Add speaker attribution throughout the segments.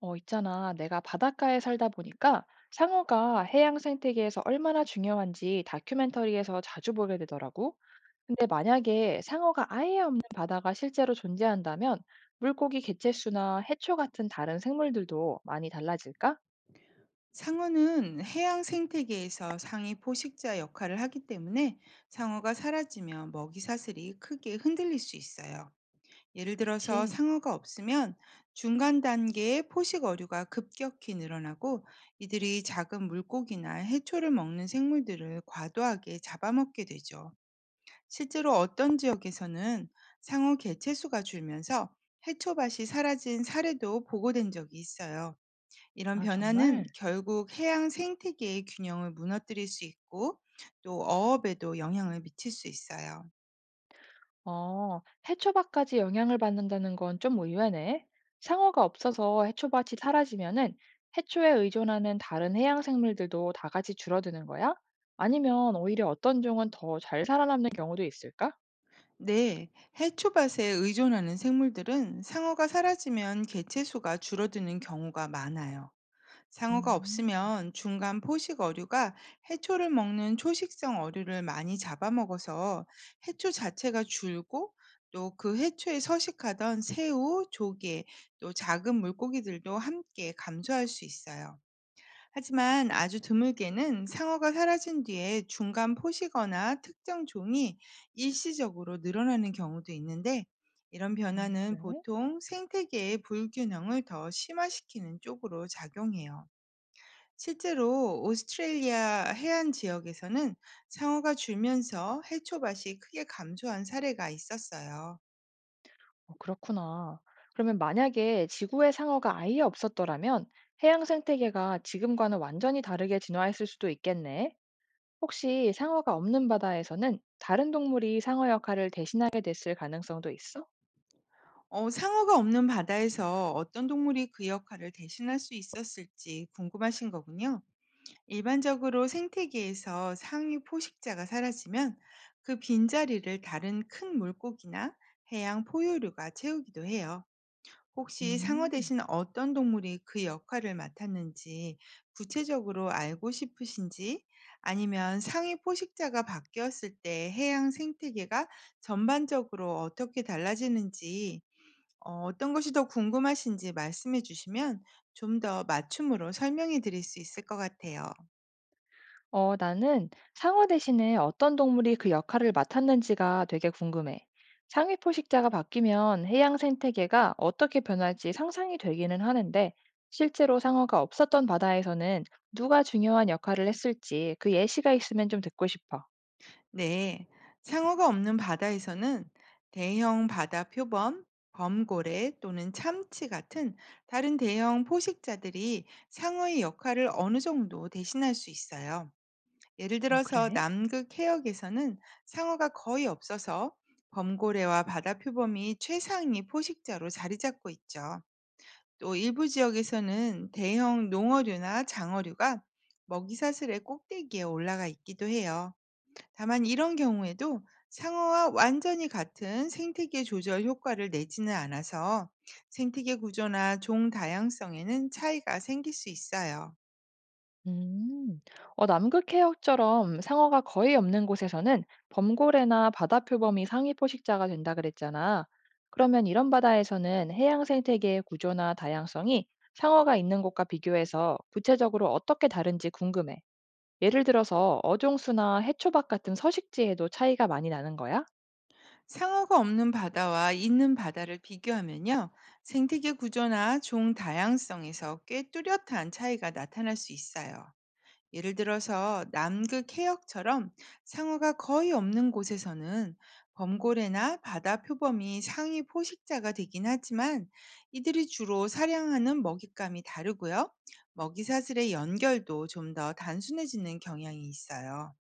Speaker 1: 있잖아. 내가 바닷가에 살다 보니까 상어가 해양 생태계에서 얼마나 중요한지 다큐멘터리에서 자주 보게 되더라고. 근데 만약에 상어가 아예 없는 바다가 실제로 존재한다면 물고기 개체수나 해초 같은 다른 생물들도 많이 달라질까?
Speaker 2: 상어는 해양 생태계에서 상위 포식자 역할을 하기 때문에 상어가 사라지면 먹이 사슬이 크게 흔들릴 수 있어요. 예를 들어서
Speaker 1: 그치?
Speaker 2: 상어가 없으면 중간 단계의 포식 어류가 급격히 늘어나고 이들이 작은 물고기나 해초를 먹는 생물들을 과도하게 잡아먹게 되죠. 실제로 어떤 지역에서는 상어 개체수가 줄면서 해초밭이 사라진 사례도 보고된 적이 있어요. 이런
Speaker 1: 아,
Speaker 2: 변화는
Speaker 1: 정말?
Speaker 2: 결국 해양 생태계의 균형을 무너뜨릴 수 있고 또 어업에도 영향을 미칠 수 있어요.
Speaker 1: 어, 해초밥까지 영향을 받는다는 건 좀 의외네. 상어가 없어서 해초밭이 사라지면은 해초에 의존하는 다른 해양 생물들도 다 같이 줄어드는 거야? 아니면 오히려 어떤 종은 더 잘 살아남는 경우도 있을까?
Speaker 2: 네, 해초밭에 의존하는 생물들은 상어가 사라지면 개체수가 줄어드는 경우가 많아요. 상어가
Speaker 1: 음,
Speaker 2: 없으면 중간 포식 어류가 해초를 먹는 초식성 어류를 많이 잡아먹어서 해초 자체가 줄고, 또 그 해초에 서식하던 새우, 조개, 또 작은 물고기들도 함께 감소할 수 있어요. 하지만 아주 드물게는 상어가 사라진 뒤에 중간 포식어나 특정 종이 일시적으로 늘어나는 경우도 있는데, 이런 변화는
Speaker 1: 그래?
Speaker 2: 보통 생태계의 불균형을 더 심화시키는 쪽으로 작용해요. 실제로 오스트레일리아 해안 지역에서는 상어가 줄면서 해초밭이 크게 감소한 사례가 있었어요.
Speaker 1: 어, 그렇구나. 그러면 만약에 지구에 상어가 아예 없었더라면 해양 생태계가 지금과는 완전히 다르게 진화했을 수도 있겠네. 혹시 상어가 없는 바다에서는 다른 동물이 상어 역할을 대신하게 됐을 가능성도 있어?
Speaker 2: 상어가 없는 바다에서 어떤 동물이 그 역할을 대신할 수 있었을지 궁금하신 거군요. 일반적으로 생태계에서 상위 포식자가 사라지면 그 빈자리를 다른 큰 물고기나 해양 포유류가 채우기도 해요. 혹시 상어
Speaker 1: 음.
Speaker 2: 대신 어떤 동물이 그 역할을 맡았는지 구체적으로 알고 싶으신지, 아니면 상위 포식자가 바뀌었을 때 해양 생태계가 전반적으로 어떻게 달라지는지, 어떤 것이 더 궁금하신지 말씀해 주시면 좀 더 맞춤으로 설명해 드릴 수 있을 것 같아요.
Speaker 1: 나는 상어 대신에 어떤 동물이 그 역할을 맡았는지가 되게 궁금해. 상위 포식자가 바뀌면 해양 생태계가 어떻게 변할지 상상이 되기는 하는데, 실제로 상어가 없었던 바다에서는 누가 중요한 역할을 했을지 그 예시가 있으면 좀 듣고 싶어.
Speaker 2: 네, 상어가 없는 바다에서는 대형 바다 표범, 범고래 또는 참치 같은 다른 대형 포식자들이 상어의 역할을 어느 정도 대신할 수 있어요. 예를
Speaker 1: 어,
Speaker 2: 들어서
Speaker 1: 그래?
Speaker 2: 남극 해역에서는 상어가 거의 없어서 범고래와 바다 표범이 최상위 포식자로 자리 잡고 있죠. 또 일부 지역에서는 대형 농어류나 장어류가 먹이사슬의 꼭대기에 올라가 있기도 해요. 다만 이런 경우에도 상어와 완전히 같은 생태계 조절 효과를 내지는 않아서 생태계 구조나 종 다양성에는 차이가 생길 수 있어요.
Speaker 1: 음, 남극 해역처럼 상어가 거의 없는 곳에서는 범고래나 바다표범이 상위 포식자가 된다 그랬잖아. 그러면 이런 바다에서는 해양 생태계의 구조나 다양성이 상어가 있는 곳과 비교해서 구체적으로 어떻게 다른지 궁금해. 예를 들어서 어종수나 해초밥 같은 서식지에도 차이가 많이 나는 거야?
Speaker 2: 상어가 없는 바다와 있는 바다를 비교하면요. 생태계 구조나 종 다양성에서 꽤 뚜렷한 차이가 나타날 수 있어요. 예를 들어서 남극 해역처럼 상어가 거의 없는 곳에서는 범고래나 바다 표범이 상위 포식자가 되긴 하지만, 이들이 주로 사냥하는 먹잇감이 다르고요. 먹이사슬의 연결도 좀 더 단순해지는 경향이 있어요.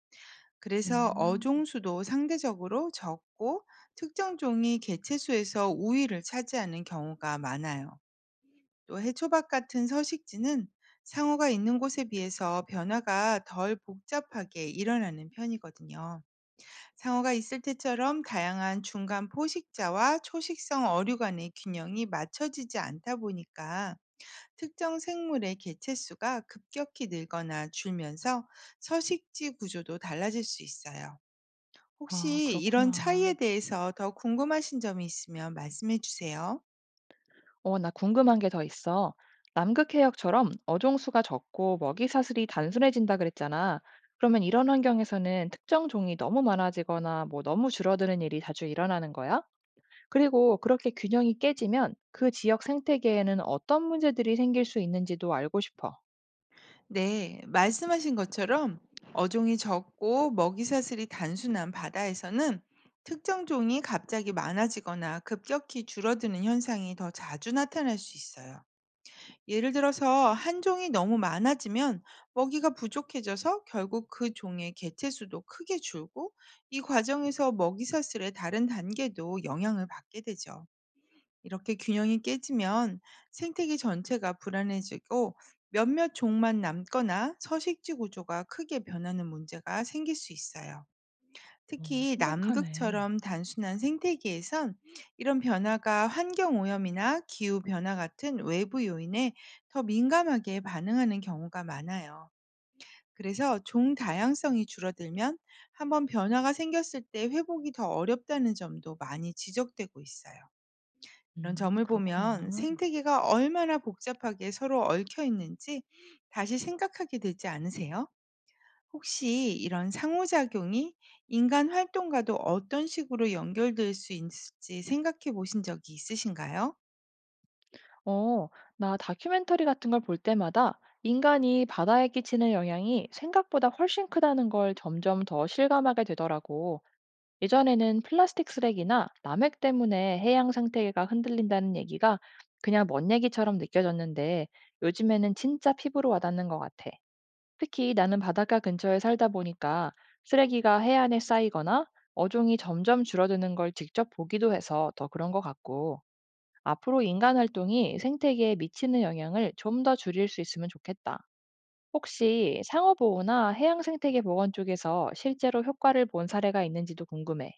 Speaker 2: 그래서
Speaker 1: 음,
Speaker 2: 어종수도 상대적으로 적고 특정 종이 개체수에서 우위를 차지하는 경우가 많아요. 또 해초밥 같은 서식지는 상어가 있는 곳에 비해서 변화가 덜 복잡하게 일어나는 편이거든요. 상어가 있을 때처럼 다양한 중간 포식자와 초식성 어류 간의 균형이 맞춰지지 않다 보니까 특정 생물의 개체수가 급격히 늘거나 줄면서 서식지 구조도 달라질 수 있어요.
Speaker 1: 아,
Speaker 2: 혹시 이런
Speaker 1: 그렇구나.
Speaker 2: 차이에 대해서 더 궁금하신 점이 있으면 말씀해 주세요.
Speaker 1: 나 궁금한 게 더 있어. 남극해역처럼 어종수가 적고 먹이 사슬이 단순해진다 그랬잖아. 그러면 이런 환경에서는 특정 종이 너무 많아지거나 뭐 너무 줄어드는 일이 자주 일어나는 거야? 그리고 그렇게 균형이 깨지면 그 지역 생태계에는 어떤 문제들이 생길 수 있는지도 알고 싶어.
Speaker 2: 네, 말씀하신 것처럼 어종이 적고 먹이 사슬이 단순한 바다에서는 특정 종이 갑자기 많아지거나 급격히 줄어드는 현상이 더 자주 나타날 수 있어요. 예를 들어서 한 종이 너무 많아지면 먹이가 부족해져서 결국 그 종의 개체 수도 크게 줄고, 이 과정에서 먹이 사슬의 다른 단계도 영향을 받게 되죠. 이렇게 균형이 깨지면 생태계 전체가 불안해지고 몇몇 종만 남거나 서식지 구조가 크게 변하는 문제가 생길 수 있어요.
Speaker 1: 어,
Speaker 2: 특히
Speaker 1: 심각하네.
Speaker 2: 남극처럼 단순한 생태계에선 이런 변화가 환경 오염이나 기후 변화 같은 외부 요인에 더 민감하게 반응하는 경우가 많아요. 그래서 종 다양성이 줄어들면 한번 변화가 생겼을 때 회복이 더 어렵다는 점도 많이 지적되고 있어요. 이런 점을 보면
Speaker 1: 그렇구나.
Speaker 2: 생태계가 얼마나 복잡하게 서로 얽혀 있는지 다시 생각하게 되지 않으세요? 혹시 이런 상호작용이 인간 활동과도 어떤 식으로 연결될 수 있을지 생각해 보신 적이 있으신가요?
Speaker 1: 어, 나 다큐멘터리 같은 걸 볼 때마다 인간이 바다에 끼치는 영향이 생각보다 훨씬 크다는 걸 점점 더 실감하게 되더라고. 예전에는 플라스틱 쓰레기나 남획 때문에 해양 생태계가 흔들린다는 얘기가 그냥 먼 얘기처럼 느껴졌는데 요즘에는 진짜 피부로 와닿는 것 같아. 특히 나는 바닷가 근처에 살다 보니까 쓰레기가 해안에 쌓이거나 어종이 점점 줄어드는 걸 직접 보기도 해서 더 그런 것 같고. 앞으로 인간 활동이 생태계에 미치는 영향을 좀 더 줄일 수 있으면 좋겠다. 혹시 상어보호나 해양 생태계 보건 쪽에서 실제로 효과를 본 사례가 있는지도 궁금해.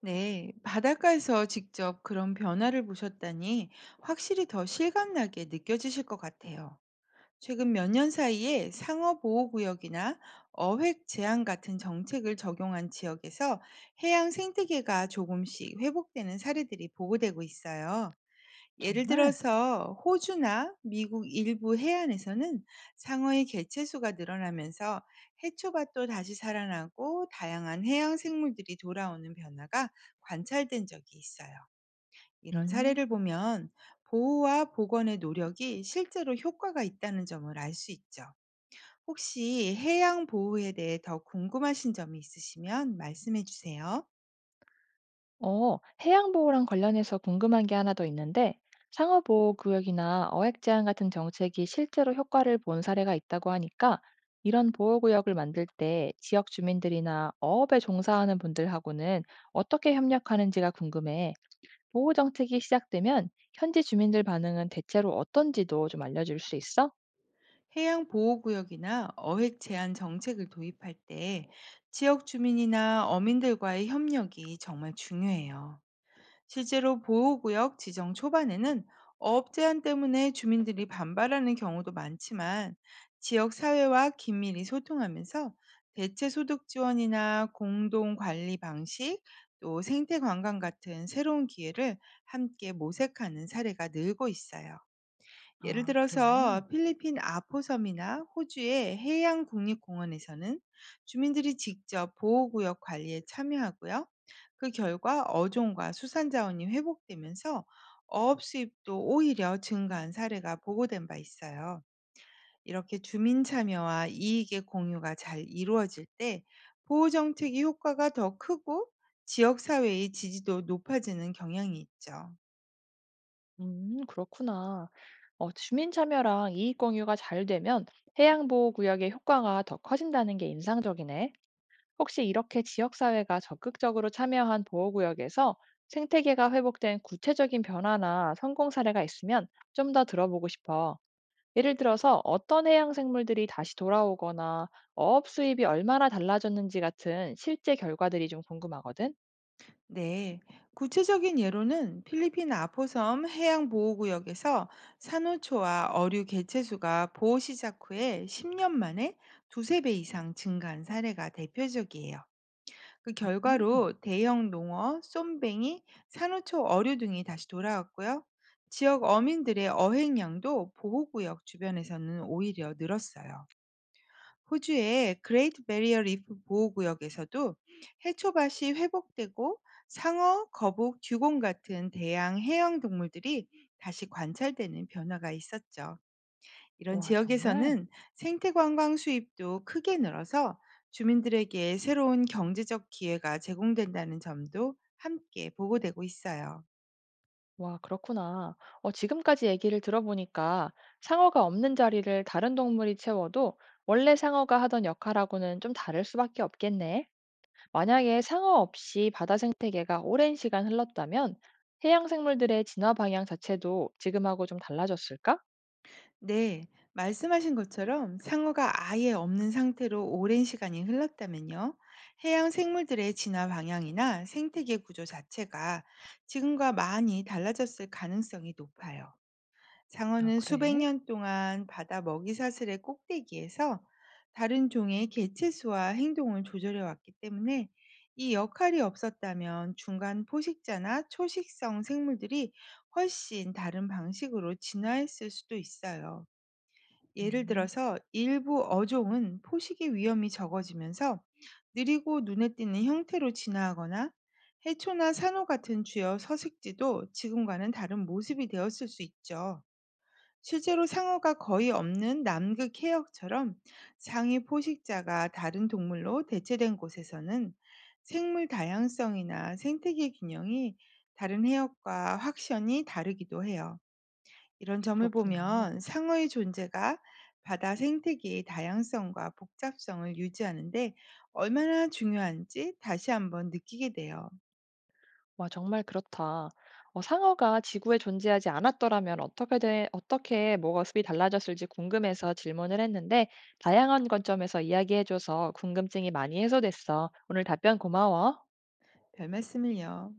Speaker 2: 네, 바닷가에서 직접 그런 변화를 보셨다니 확실히 더 실감나게 느껴지실 것 같아요. 최근 몇 년 사이에 상어보호구역이나 어획 제한 같은 정책을 적용한 지역에서 해양 생태계가 조금씩 회복되는 사례들이 보고되고 있어요. 예를
Speaker 1: 정말?
Speaker 2: 들어서 호주나 미국 일부 해안에서는 상어의 개체수가 늘어나면서 해초밭도 다시 살아나고 다양한 해양 생물들이 돌아오는 변화가 관찰된 적이 있어요. 이런
Speaker 1: 음.
Speaker 2: 사례를 보면 보호와 복원의 노력이 실제로 효과가 있다는 점을 알 수 있죠. 혹시 해양 보호에 대해 더 궁금하신 점이 있으시면 말씀해 주세요.
Speaker 1: 어, 해양 보호랑 관련해서 궁금한 게 하나 더 있는데, 상어 보호 구역이나 어획 제한 같은 정책이 실제로 효과를 본 사례가 있다고 하니까 이런 보호 구역을 만들 때 지역 주민들이나 어업에 종사하는 분들하고는 어떻게 협력하는지가 궁금해. 보호 정책이 시작되면 현지 주민들 반응은 대체로 어떤지도 좀 알려줄 수 있어?
Speaker 2: 해양 보호구역이나 어획 제한 정책을 도입할 때 지역 주민이나 어민들과의 협력이 정말 중요해요. 실제로 보호구역 지정 초반에는 업 제한 때문에 주민들이 반발하는 경우도 많지만, 지역 사회와 긴밀히 소통하면서 대체 소득 지원이나 공동 관리 방식, 또 생태 관광 같은 새로운 기회를 함께 모색하는 사례가 늘고 있어요. 예를
Speaker 1: 아, 그래.
Speaker 2: 들어서 필리핀 아포섬이나 호주의 해양 국립공원에서는 주민들이 직접 보호구역 관리에 참여하고요. 그 결과 어종과 수산자원이 회복되면서 어업 수입도 오히려 증가한 사례가 보고된 바 있어요. 이렇게 주민 참여와 이익의 공유가 잘 이루어질 때 보호 정책의 효과가 더 크고 지역 사회의 지지도 높아지는 경향이 있죠.
Speaker 1: 그렇구나. 주민 참여랑 이익 공유가 잘 되면 해양 보호 구역의 효과가 더 커진다는 게 인상적이네. 혹시 이렇게 지역 사회가 적극적으로 참여한 보호 구역에서 생태계가 회복된 구체적인 변화나 성공 사례가 있으면 좀 더 들어보고 싶어. 예를 들어서 어떤 해양 생물들이 다시 돌아오거나 어업 수입이 얼마나 달라졌는지 같은 실제 결과들이 좀 궁금하거든.
Speaker 2: 네, 구체적인 예로는 필리핀 아포섬 해양보호구역에서 산호초와 어류 개체수가 보호 시작 후에 10년 만에 두세 배 이상 증가한 사례가 대표적이에요. 그
Speaker 1: 음,
Speaker 2: 결과로 대형 농어, 쏨뱅이, 산호초 어류 등이 다시 돌아왔고요. 지역 어민들의 어획량도 보호구역 주변에서는 오히려 늘었어요. 호주의 그레이트 베리어 리프 보호구역에서도 해초밭이 회복되고 상어, 거북, 듀공 같은 대양 해양 동물들이 다시 관찰되는 변화가 있었죠. 이런
Speaker 1: 와, 정말?
Speaker 2: 지역에서는 생태 관광 수입도 크게 늘어서 주민들에게 새로운 경제적 기회가 제공된다는 점도 함께 보고되고 있어요.
Speaker 1: 와, 그렇구나. 지금까지 얘기를 들어보니까 상어가 없는 자리를 다른 동물이 채워도 원래 상어가 하던 역할하고는 좀 다를 수밖에 없겠네. 만약에 상어 없이 바다 생태계가 오랜 시간 흘렀다면 해양 생물들의 진화 방향 자체도 지금하고 좀 달라졌을까?
Speaker 2: 네, 말씀하신 것처럼 상어가 아예 없는 상태로 오랜 시간이 흘렀다면요. 해양 생물들의 진화 방향이나 생태계 구조 자체가 지금과 많이 달라졌을 가능성이 높아요.
Speaker 1: 아,
Speaker 2: 상어는 수백
Speaker 1: 그래?
Speaker 2: 년 동안 바다 먹이 사슬의 꼭대기에서 다른 종의 개체수와 행동을 조절해 왔기 때문에, 이 역할이 없었다면 중간 포식자나 초식성 생물들이 훨씬 다른 방식으로 진화했을 수도 있어요. 예를
Speaker 1: 음,
Speaker 2: 들어서 일부 어종은 포식의 위험이 적어지면서 느리고 눈에 띄는 형태로 진화하거나 해초나 산호 같은 주요 서식지도 지금과는 다른 모습이 되었을 수 있죠. 실제로 상어가 거의 없는 남극 해역처럼 상위 포식자가 다른 동물로 대체된 곳에서는 생물 다양성이나 생태계 균형이 다른 해역과 확연히 다르기도 해요. 이런 점을
Speaker 1: 그렇구나.
Speaker 2: 보면 상어의 존재가 바다 생태계의 다양성과 복잡성을 유지하는데 얼마나 중요한지 다시 한번 느끼게 돼요.
Speaker 1: 와, 정말 그렇다. 상어가 지구에 존재하지 않았더라면 어떻게 모습이 달라졌을지 궁금해서 질문을 했는데, 다양한 관점에서 이야기해줘서 궁금증이 많이 해소됐어. 오늘 답변 고마워.
Speaker 2: 별 말씀을요.